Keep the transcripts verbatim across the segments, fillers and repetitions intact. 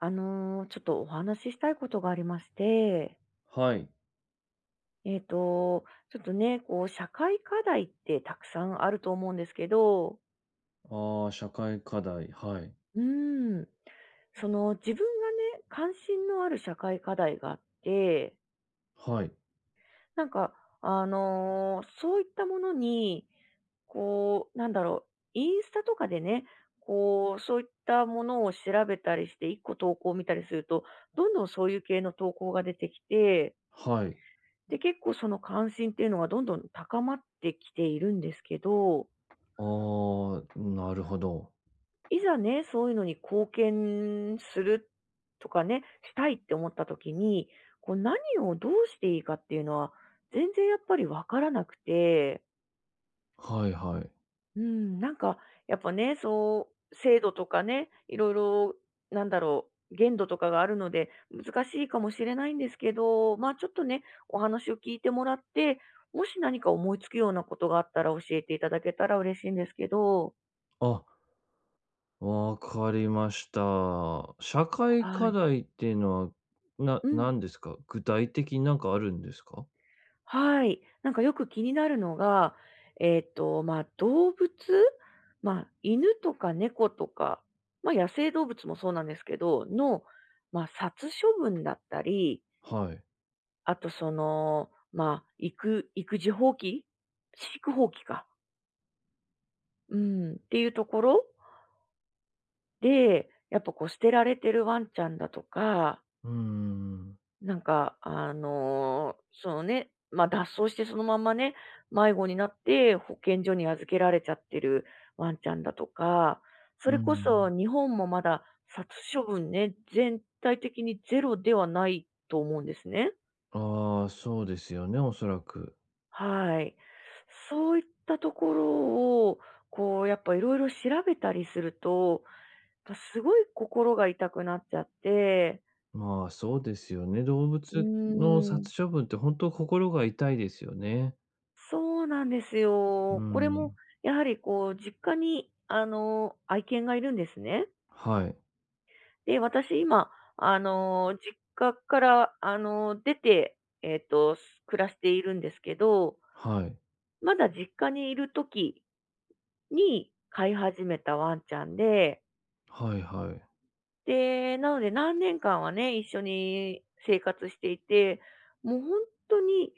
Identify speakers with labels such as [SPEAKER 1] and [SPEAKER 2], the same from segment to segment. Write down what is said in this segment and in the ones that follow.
[SPEAKER 1] あの、ちょっとお話ししたいことがありまして、
[SPEAKER 2] はい。
[SPEAKER 1] えっと、ちょっとね、こう、社会課題ってたくさんあると思うんですけど、
[SPEAKER 2] ああ、社会課題。はい。
[SPEAKER 1] うーん、その、自分がね、関心のある社会課題があって、
[SPEAKER 2] はい。
[SPEAKER 1] なんか、あの、そういったものに、こう、なんだろう、インスタとかでね、こう、そういったものを調べたりして、いっこ投稿を見たりすると、どんどんそういう系の投稿が出てきて、
[SPEAKER 2] はい。
[SPEAKER 1] で、結構その関心っていうのがどんどん高まってきているんですけど、
[SPEAKER 2] ああ、なるほど。
[SPEAKER 1] いざね、そういうのに貢献するとかね、したいって思った時に、こう何をどうしていいかっていうのは、全然やっぱりわからなくて。
[SPEAKER 2] はいはい。
[SPEAKER 1] うん、なんか、やっぱね、そう、制度とかね、いろいろ、なんだろう、限度とかがあるので、難しいかもしれないんですけど、まあちょっとね、お話を聞いてもらって、もし何か思いつくようなことがあったら教えていただけたら嬉しいんですけど、
[SPEAKER 2] あ、わかりました。社会
[SPEAKER 1] は
[SPEAKER 2] 課
[SPEAKER 1] い。
[SPEAKER 2] 題っていうのは、な
[SPEAKER 1] うん、
[SPEAKER 2] 何ですか？具体的になんかあるんですか？
[SPEAKER 1] はい。なんかよく気になるのが、えっと、まあ動物、まあ犬とか猫とか、まあ野生動物もそうなんですけど、の、まあ殺処分だったり、
[SPEAKER 2] はい。
[SPEAKER 1] あとその、まあ、育育児放棄飼育放棄か。うん、っていうところで、やっぱこう捨てられてるワンちゃんだとか、
[SPEAKER 2] うーん、
[SPEAKER 1] なんかあの、そのね、ま、脱走してそのまんまね、迷子になって保健所に預けられちゃってるワンちゃんだとか、そ
[SPEAKER 2] う
[SPEAKER 1] れ
[SPEAKER 2] うん。
[SPEAKER 1] こ
[SPEAKER 2] う
[SPEAKER 1] そ
[SPEAKER 2] ん。
[SPEAKER 1] 日本もまだ殺処分ね、全体的にゼロではないと思うんですね。
[SPEAKER 2] ああ、そうですよね、おそらく。
[SPEAKER 1] はい。そういったところを、こう、やっぱいろいろ調べたりすると、やっぱすごい心が痛くなっちゃって。
[SPEAKER 2] まあ、そうですよね。動
[SPEAKER 1] う
[SPEAKER 2] 物の
[SPEAKER 1] ーん。
[SPEAKER 2] 殺処分って本当心が痛いですよね。
[SPEAKER 1] そうなんです
[SPEAKER 2] う
[SPEAKER 1] よ。これも
[SPEAKER 2] ん。
[SPEAKER 1] やはりこう、実家にあの、愛犬がいるんですね。
[SPEAKER 2] はい。
[SPEAKER 1] で、私今、あの、実家からあの、出て、えっと、暮らしているんですけど、
[SPEAKER 2] はい。
[SPEAKER 1] まだ実家にいる時に飼い始めたワンちゃんで。
[SPEAKER 2] はいはい。
[SPEAKER 1] で、なので何年間はね、一緒に生活していて、もう本当に、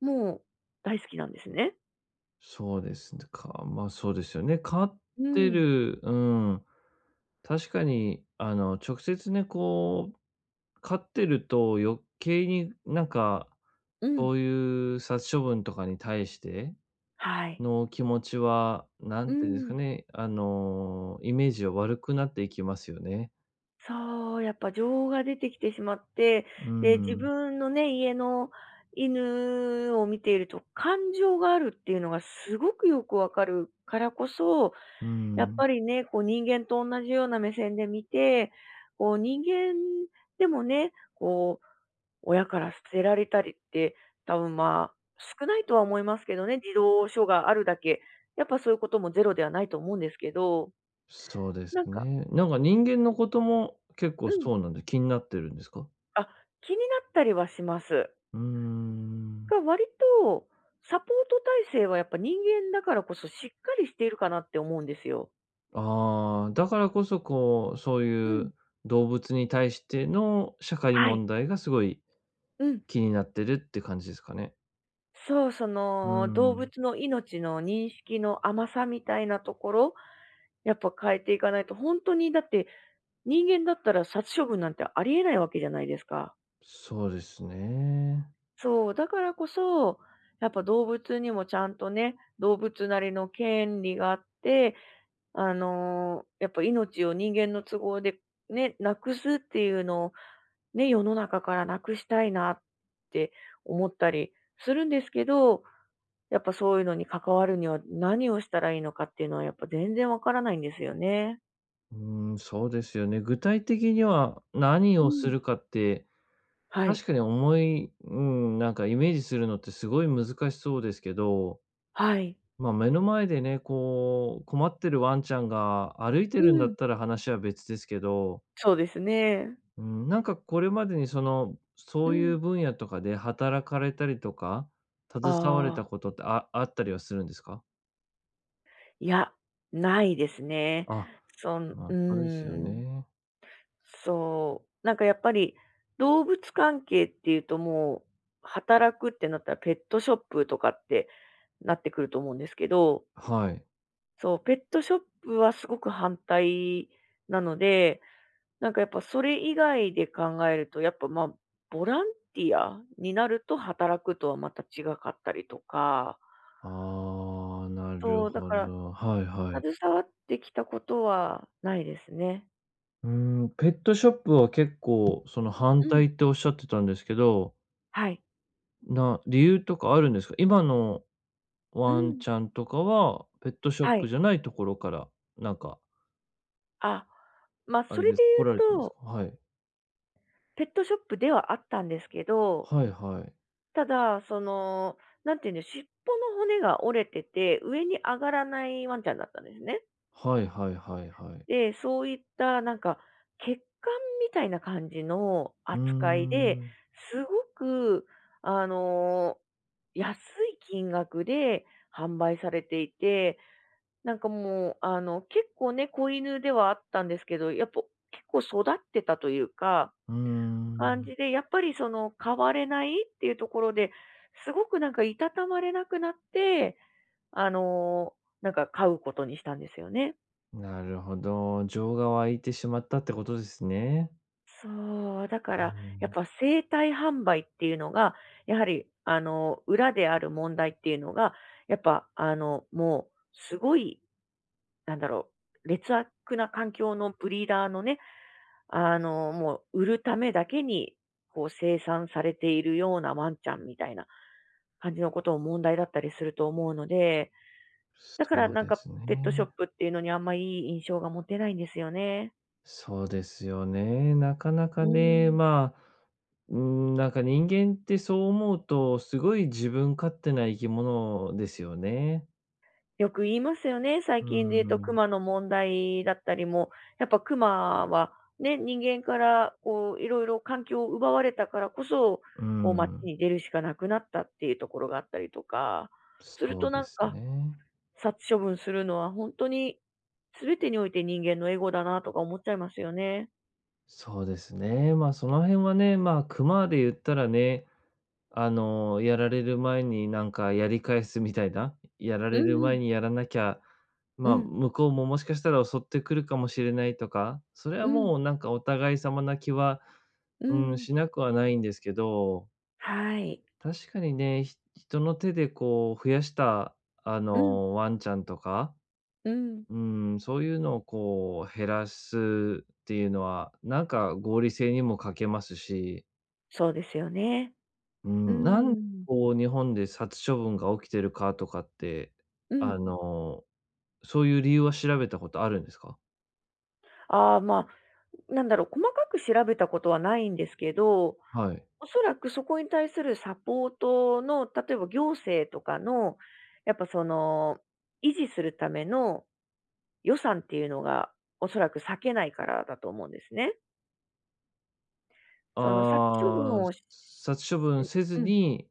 [SPEAKER 1] もう大好きなんですね。
[SPEAKER 2] そうですね、かま、そうですよね。飼っ
[SPEAKER 1] う
[SPEAKER 2] て
[SPEAKER 1] ん、
[SPEAKER 2] る、うん。確かに、あの、直接ね、こう、飼ってると余計になんか、
[SPEAKER 1] うん。
[SPEAKER 2] そういう殺処分とかに対して
[SPEAKER 1] はい。
[SPEAKER 2] の気持ちは、な
[SPEAKER 1] う
[SPEAKER 2] んて言うんですか
[SPEAKER 1] ん。
[SPEAKER 2] ね、あの、イメージは悪くなっていきますよね。
[SPEAKER 1] そう、やっぱ情が出てきてしまって、
[SPEAKER 2] う
[SPEAKER 1] で、自
[SPEAKER 2] ん、
[SPEAKER 1] 分のね、家の犬を見ていると感情があるっていうのがすごくよくわかるからこそ、
[SPEAKER 2] う
[SPEAKER 1] やっ
[SPEAKER 2] ん。
[SPEAKER 1] ぱりね、こう人間と同じような目線で見て、こう人間でもね、こう親から捨てられたりって、多分まあ、少ないとは思いますけどね、児童書があるだけ、やっぱそういうこともゼロではないと思うんですけど、
[SPEAKER 2] そうです
[SPEAKER 1] なんか
[SPEAKER 2] ね。なんか人間のことも結
[SPEAKER 1] う
[SPEAKER 2] 構
[SPEAKER 1] ん、
[SPEAKER 2] そうなんで気になってるんですか？
[SPEAKER 1] あ、気になったりはします。
[SPEAKER 2] うーん。
[SPEAKER 1] が、割とサポート体制はやっぱ人間だからこそしっかりしているかなって思うんですよ。
[SPEAKER 2] ああ、だからこそ、こう、そう
[SPEAKER 1] う
[SPEAKER 2] い
[SPEAKER 1] ん。
[SPEAKER 2] う動物に対しての社会
[SPEAKER 1] はい。
[SPEAKER 2] 問題がすごい
[SPEAKER 1] うん。
[SPEAKER 2] 気になってるって感じですかね。
[SPEAKER 1] そう、そ
[SPEAKER 2] う
[SPEAKER 1] の、動
[SPEAKER 2] ん。
[SPEAKER 1] 物の命の認識の甘さみたいなところ、やっぱ変えていかないと、本当にだって人間だったら殺処分なんてありえないわけじゃないですか。
[SPEAKER 2] そうですね。
[SPEAKER 1] そう、だからこそ、やっぱ動物にもちゃんとね、動物なりの権利があって、あの、やっぱ命を人間の都合でね、なくすっていうのをね、世の中からなくしたいなって思ったりするんですけど、やっぱそういうのに関わるには何をしたらいいのかっていうのはやっぱ全然わからないんですよね。
[SPEAKER 2] うん、そうですよね。具体的には何
[SPEAKER 1] う
[SPEAKER 2] をす
[SPEAKER 1] ん。
[SPEAKER 2] るかって、
[SPEAKER 1] はい。
[SPEAKER 2] 確かに思いうん、なんかイメージするのってすごい難しそうですけど、
[SPEAKER 1] はい。
[SPEAKER 2] ま、目の前でね、こう、困ってるワンちゃんが歩いて
[SPEAKER 1] う
[SPEAKER 2] るんだっ
[SPEAKER 1] ん。
[SPEAKER 2] たら話は別ですけど、
[SPEAKER 1] そうですね。
[SPEAKER 2] うん、なんかこれまでにその、
[SPEAKER 1] う
[SPEAKER 2] そうい
[SPEAKER 1] ん。
[SPEAKER 2] う分野とかで働かれたりとか、
[SPEAKER 1] あ
[SPEAKER 2] 携われ
[SPEAKER 1] あ、
[SPEAKER 2] たことって、ああったりはするんですか？
[SPEAKER 1] いや、ないですね。
[SPEAKER 2] あ、
[SPEAKER 1] そん
[SPEAKER 2] まあ、
[SPEAKER 1] う
[SPEAKER 2] そうですよ
[SPEAKER 1] ん、
[SPEAKER 2] ね。
[SPEAKER 1] そう、なんかやっぱり、動物関係っていうともう、働くってなったらペットショップとかってなってくると思うんですけど、
[SPEAKER 2] はい。
[SPEAKER 1] そう、ペットショップはすごく反対なので、なんかやっぱそれ以外で考えると、やっぱ、まあ、ボランティアになると働くとはまた違かったりとか、
[SPEAKER 2] ああ、なる
[SPEAKER 1] そう、だ
[SPEAKER 2] ほ
[SPEAKER 1] から
[SPEAKER 2] ど。はいはい。
[SPEAKER 1] 携わってきたことはないですね。
[SPEAKER 2] うーん、ペットショップは結構その反
[SPEAKER 1] うん。
[SPEAKER 2] 対っておっしゃってたんですけど、
[SPEAKER 1] はい。
[SPEAKER 2] な理由とかあるんですか？今の
[SPEAKER 1] う
[SPEAKER 2] ワン
[SPEAKER 1] ん。
[SPEAKER 2] ちゃんとかは、ペットショッ
[SPEAKER 1] は
[SPEAKER 2] プ
[SPEAKER 1] い。
[SPEAKER 2] じゃないところから、なんか、
[SPEAKER 1] あ、まあ、
[SPEAKER 2] あ
[SPEAKER 1] そ
[SPEAKER 2] れ
[SPEAKER 1] れ
[SPEAKER 2] で
[SPEAKER 1] で
[SPEAKER 2] す、来られた
[SPEAKER 1] 言
[SPEAKER 2] ん
[SPEAKER 1] う
[SPEAKER 2] です
[SPEAKER 1] と、
[SPEAKER 2] か？はい。
[SPEAKER 1] ペットショップではあったんですけど、
[SPEAKER 2] はいはい。
[SPEAKER 1] ただ、その、なんていうんで、尻尾の骨が折れてて、上に上がらないワンちゃんだったんですね。
[SPEAKER 2] はいはいはいはい。
[SPEAKER 1] で、そういったなんか、血管みたいな感じの
[SPEAKER 2] うー
[SPEAKER 1] 扱いで、
[SPEAKER 2] ん。
[SPEAKER 1] すごく、あの、安い金額で販売されていて、なんかもう、あの、結構ね、子犬ではあったんですけど、やっぱ結構育ってたというか、
[SPEAKER 2] うー
[SPEAKER 1] 感じ
[SPEAKER 2] ん。
[SPEAKER 1] で、やっぱりその変われないっていうところで、すごくなんかいたたまれなくなって、あの、なんか飼うことにしたんですよね。
[SPEAKER 2] なるほど、情が湧いてしまったってことですね。
[SPEAKER 1] そう、だか
[SPEAKER 2] う
[SPEAKER 1] ら、やっ
[SPEAKER 2] ん。
[SPEAKER 1] ぱ生体販売っていうのが、やはり、あの、裏である問題っていうのが、やっぱ、あの、もう、すごい、なんだろう、劣悪な環境のブリーダーのね、あの、もう売るためだけに、こう生産されているようなワンちゃんみたいな感じのことを問題だったりすると思うので、だから
[SPEAKER 2] そう
[SPEAKER 1] なん
[SPEAKER 2] で
[SPEAKER 1] か
[SPEAKER 2] すね。
[SPEAKER 1] ペットショップっていうのにあんまいい印象が持てないんですよね。
[SPEAKER 2] そうですよね。なかなか
[SPEAKER 1] う
[SPEAKER 2] ね、
[SPEAKER 1] ん。
[SPEAKER 2] まあ、うん、なんか人間ってそう思うと、すごい自分勝手な生き物ですよね。
[SPEAKER 1] よく言いますよね。最
[SPEAKER 2] う
[SPEAKER 1] 近で言うと
[SPEAKER 2] ん、
[SPEAKER 1] 熊の問題だったりも、やっぱ熊はね、人間からこういろいろ環境を奪われたからこそ、
[SPEAKER 2] う
[SPEAKER 1] こう街
[SPEAKER 2] ん。
[SPEAKER 1] に出るしかなくなったっていうところがあったりとか、する
[SPEAKER 2] そ
[SPEAKER 1] と
[SPEAKER 2] う
[SPEAKER 1] な
[SPEAKER 2] で
[SPEAKER 1] ん
[SPEAKER 2] す
[SPEAKER 1] か
[SPEAKER 2] ね。
[SPEAKER 1] 殺処分するのは本当に、全てにおいて人間のエゴだなとか思っちゃいますよね。
[SPEAKER 2] そうですね。まあ、その辺はね、まあ、熊で言ったらね、あの、やられる前になんかやり返すみたいな、やら
[SPEAKER 1] う
[SPEAKER 2] れる
[SPEAKER 1] んう
[SPEAKER 2] 前
[SPEAKER 1] ん。
[SPEAKER 2] にやらなきゃ、
[SPEAKER 1] う
[SPEAKER 2] まあ、
[SPEAKER 1] ん。
[SPEAKER 2] 向こうももしかしたら襲ってくるかもしれないとか、それ
[SPEAKER 1] う
[SPEAKER 2] は
[SPEAKER 1] ん。
[SPEAKER 2] もうなんかお互い様な気は、
[SPEAKER 1] う
[SPEAKER 2] うん、
[SPEAKER 1] ん。
[SPEAKER 2] しなくはないんですけど、
[SPEAKER 1] はい。
[SPEAKER 2] 確かにね、ひ人の手でこう増やした、あ
[SPEAKER 1] うん。
[SPEAKER 2] の、ワンちゃんとか、
[SPEAKER 1] うん。
[SPEAKER 2] うん、そういうのをこう減らすっていうのは、なんか合理性にも欠けますし、
[SPEAKER 1] そうですよね。
[SPEAKER 2] う
[SPEAKER 1] う
[SPEAKER 2] ん、なんで
[SPEAKER 1] ん。
[SPEAKER 2] こう日本で殺処分が起きてるかとかって、
[SPEAKER 1] う
[SPEAKER 2] あ
[SPEAKER 1] ん。
[SPEAKER 2] の、そういう理由は調べたことあるんですか？
[SPEAKER 1] ああ、まあ、なんだろう、細かく調べたことはないんですけど、
[SPEAKER 2] はい。
[SPEAKER 1] おそらくそこに対するサポートの、例えば行政とかの、やっぱその、維持するための予算っていうのが、おそらく避けないからだと思うんですね。その殺処分
[SPEAKER 2] ああ、
[SPEAKER 1] をし、
[SPEAKER 2] 殺処分せず
[SPEAKER 1] うん、
[SPEAKER 2] に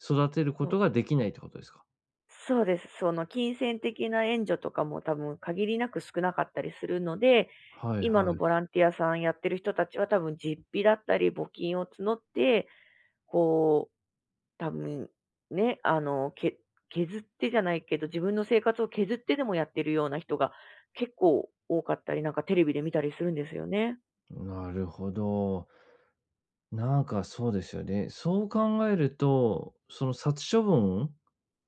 [SPEAKER 2] 育てるこ
[SPEAKER 1] そう、
[SPEAKER 2] とができないってことですか？
[SPEAKER 1] そうです。その金銭的な援助とかも多分限りなく少なかったりするので、
[SPEAKER 2] はい
[SPEAKER 1] 今
[SPEAKER 2] は
[SPEAKER 1] の
[SPEAKER 2] い。
[SPEAKER 1] ボランティアさんやってる人たちは多分実費だったり募金を募って、こう、多分ね、あの、け削ってじゃないけど、自分の生活を削ってでもやってるような人が結構多かったり、なんかテレビで見たりするんですよね。
[SPEAKER 2] なるほど。なんかそうですよね。そう考えると、その殺処分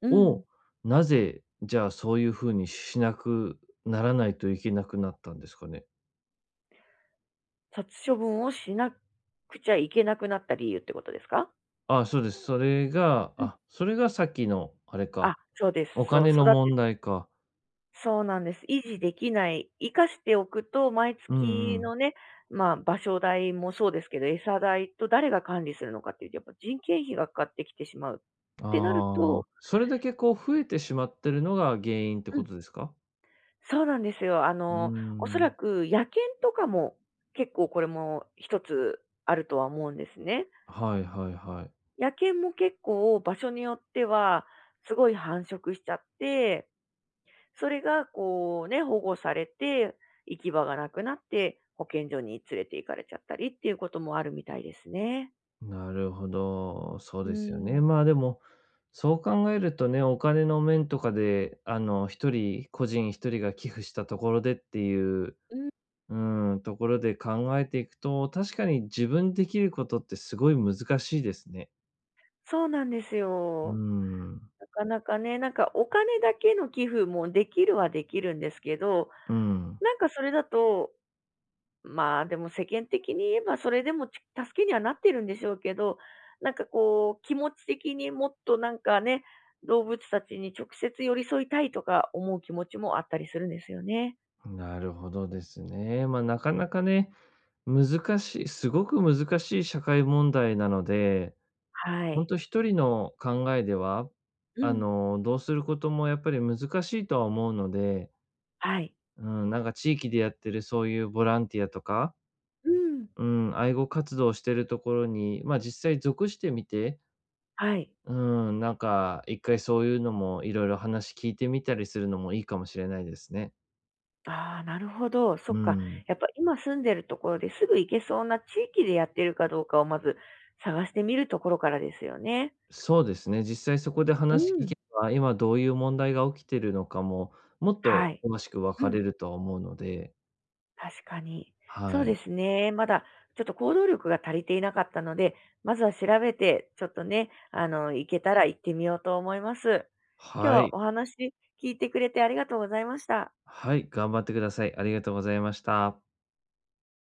[SPEAKER 1] う
[SPEAKER 2] を
[SPEAKER 1] ん。
[SPEAKER 2] なぜ、じゃあそういうふうにしなくならないといけなくなったんですかね？
[SPEAKER 1] 殺処分をしなくちゃいけなくなった理由ってことですか？
[SPEAKER 2] あ、そうです。それが、あ、それがさっきのあれ
[SPEAKER 1] あ、
[SPEAKER 2] か、
[SPEAKER 1] そうです。
[SPEAKER 2] お
[SPEAKER 1] そう、
[SPEAKER 2] 金
[SPEAKER 1] 育
[SPEAKER 2] の問
[SPEAKER 1] て
[SPEAKER 2] 題か。
[SPEAKER 1] そうなんです。維持できない、生かしておくと、毎
[SPEAKER 2] う
[SPEAKER 1] 月
[SPEAKER 2] んうん。
[SPEAKER 1] のね、まあ、場所代もそうですけど、餌代と誰が管理するのかっていうと、やっぱ人件費がかかってきてしまうってなる
[SPEAKER 2] あ
[SPEAKER 1] と、
[SPEAKER 2] あ、それだけこう増えてしまってるのが原因って
[SPEAKER 1] う
[SPEAKER 2] こ
[SPEAKER 1] ん、
[SPEAKER 2] とですか？
[SPEAKER 1] そうなんですよ。あ
[SPEAKER 2] うー
[SPEAKER 1] の、おそら
[SPEAKER 2] ん。
[SPEAKER 1] く野犬とかも、結構これも一つあるとは思うんですね。
[SPEAKER 2] はいはいはい。
[SPEAKER 1] 野犬も結構場所によっては、すごい繁殖しちゃって、それがこうね、保護されて、行き場がなくなって、保健所に連れて行かれちゃったりっていうこともあるみたいですね。
[SPEAKER 2] なるほど、そう
[SPEAKER 1] う
[SPEAKER 2] ですよね。
[SPEAKER 1] ん。
[SPEAKER 2] まあ、でも、そう考えるとね、お金の面とかで、あの、一人、個人一人が寄付したところでっていう、
[SPEAKER 1] うん。
[SPEAKER 2] うん、ところで考えていくと、確かに自分できることってすごい難しいですね。
[SPEAKER 1] そうなんです
[SPEAKER 2] うー
[SPEAKER 1] よ。
[SPEAKER 2] ん、
[SPEAKER 1] なかなかね、なんかお金だけの寄付もできるはできるんですけど、
[SPEAKER 2] うん、
[SPEAKER 1] なんかそれだと、まあでも世間的に言えばそれでもち助けにはなってるんでしょうけど、なんかこう気持ち的にもっとなんかね、動物たちに直接寄り添いたいとか思う気持ちもあったりするんですよね。
[SPEAKER 2] なるほどですね。まあ、なかなかね、難しいすごく難しい社会問題なので、
[SPEAKER 1] は
[SPEAKER 2] ほん
[SPEAKER 1] い。
[SPEAKER 2] と人の考えでは、
[SPEAKER 1] う
[SPEAKER 2] あ
[SPEAKER 1] ん。
[SPEAKER 2] の、どうすることもやっぱり難しいとは思うので、
[SPEAKER 1] はい。
[SPEAKER 2] うん、なんか地域でやってるそういうボランティアとか、
[SPEAKER 1] うん。
[SPEAKER 2] うん、愛護活動してるところに、まあ、実際属してみて、
[SPEAKER 1] はい。
[SPEAKER 2] うん、なんか一回そういうのもいろいろ話聞いてみたりするのもいいかもしれないですね。
[SPEAKER 1] ああ、なるほど。そ
[SPEAKER 2] う
[SPEAKER 1] っか。
[SPEAKER 2] ん。
[SPEAKER 1] やっぱ今住んでるところですぐ行けそうな地域でやってるかどうかをまず探してみるところからですよね。
[SPEAKER 2] そうですね。実際そこで
[SPEAKER 1] う
[SPEAKER 2] 話聞
[SPEAKER 1] ん。
[SPEAKER 2] けば、今どういう問題が起きてるのかも、もっ
[SPEAKER 1] は
[SPEAKER 2] と
[SPEAKER 1] い。
[SPEAKER 2] 詳しく分
[SPEAKER 1] う
[SPEAKER 2] かれ
[SPEAKER 1] ん。
[SPEAKER 2] るとは思うので、
[SPEAKER 1] 確かに。そ
[SPEAKER 2] は
[SPEAKER 1] うで
[SPEAKER 2] い。
[SPEAKER 1] すね。まだちょっと行動力が足りていなかったので、まずは調べて、ちょっとね、あの、行けたら行ってみようと思います。今日
[SPEAKER 2] は
[SPEAKER 1] は
[SPEAKER 2] い。
[SPEAKER 1] お話聞いてくれてありがとうございました。
[SPEAKER 2] はい、頑張ってください。ありがとうございました。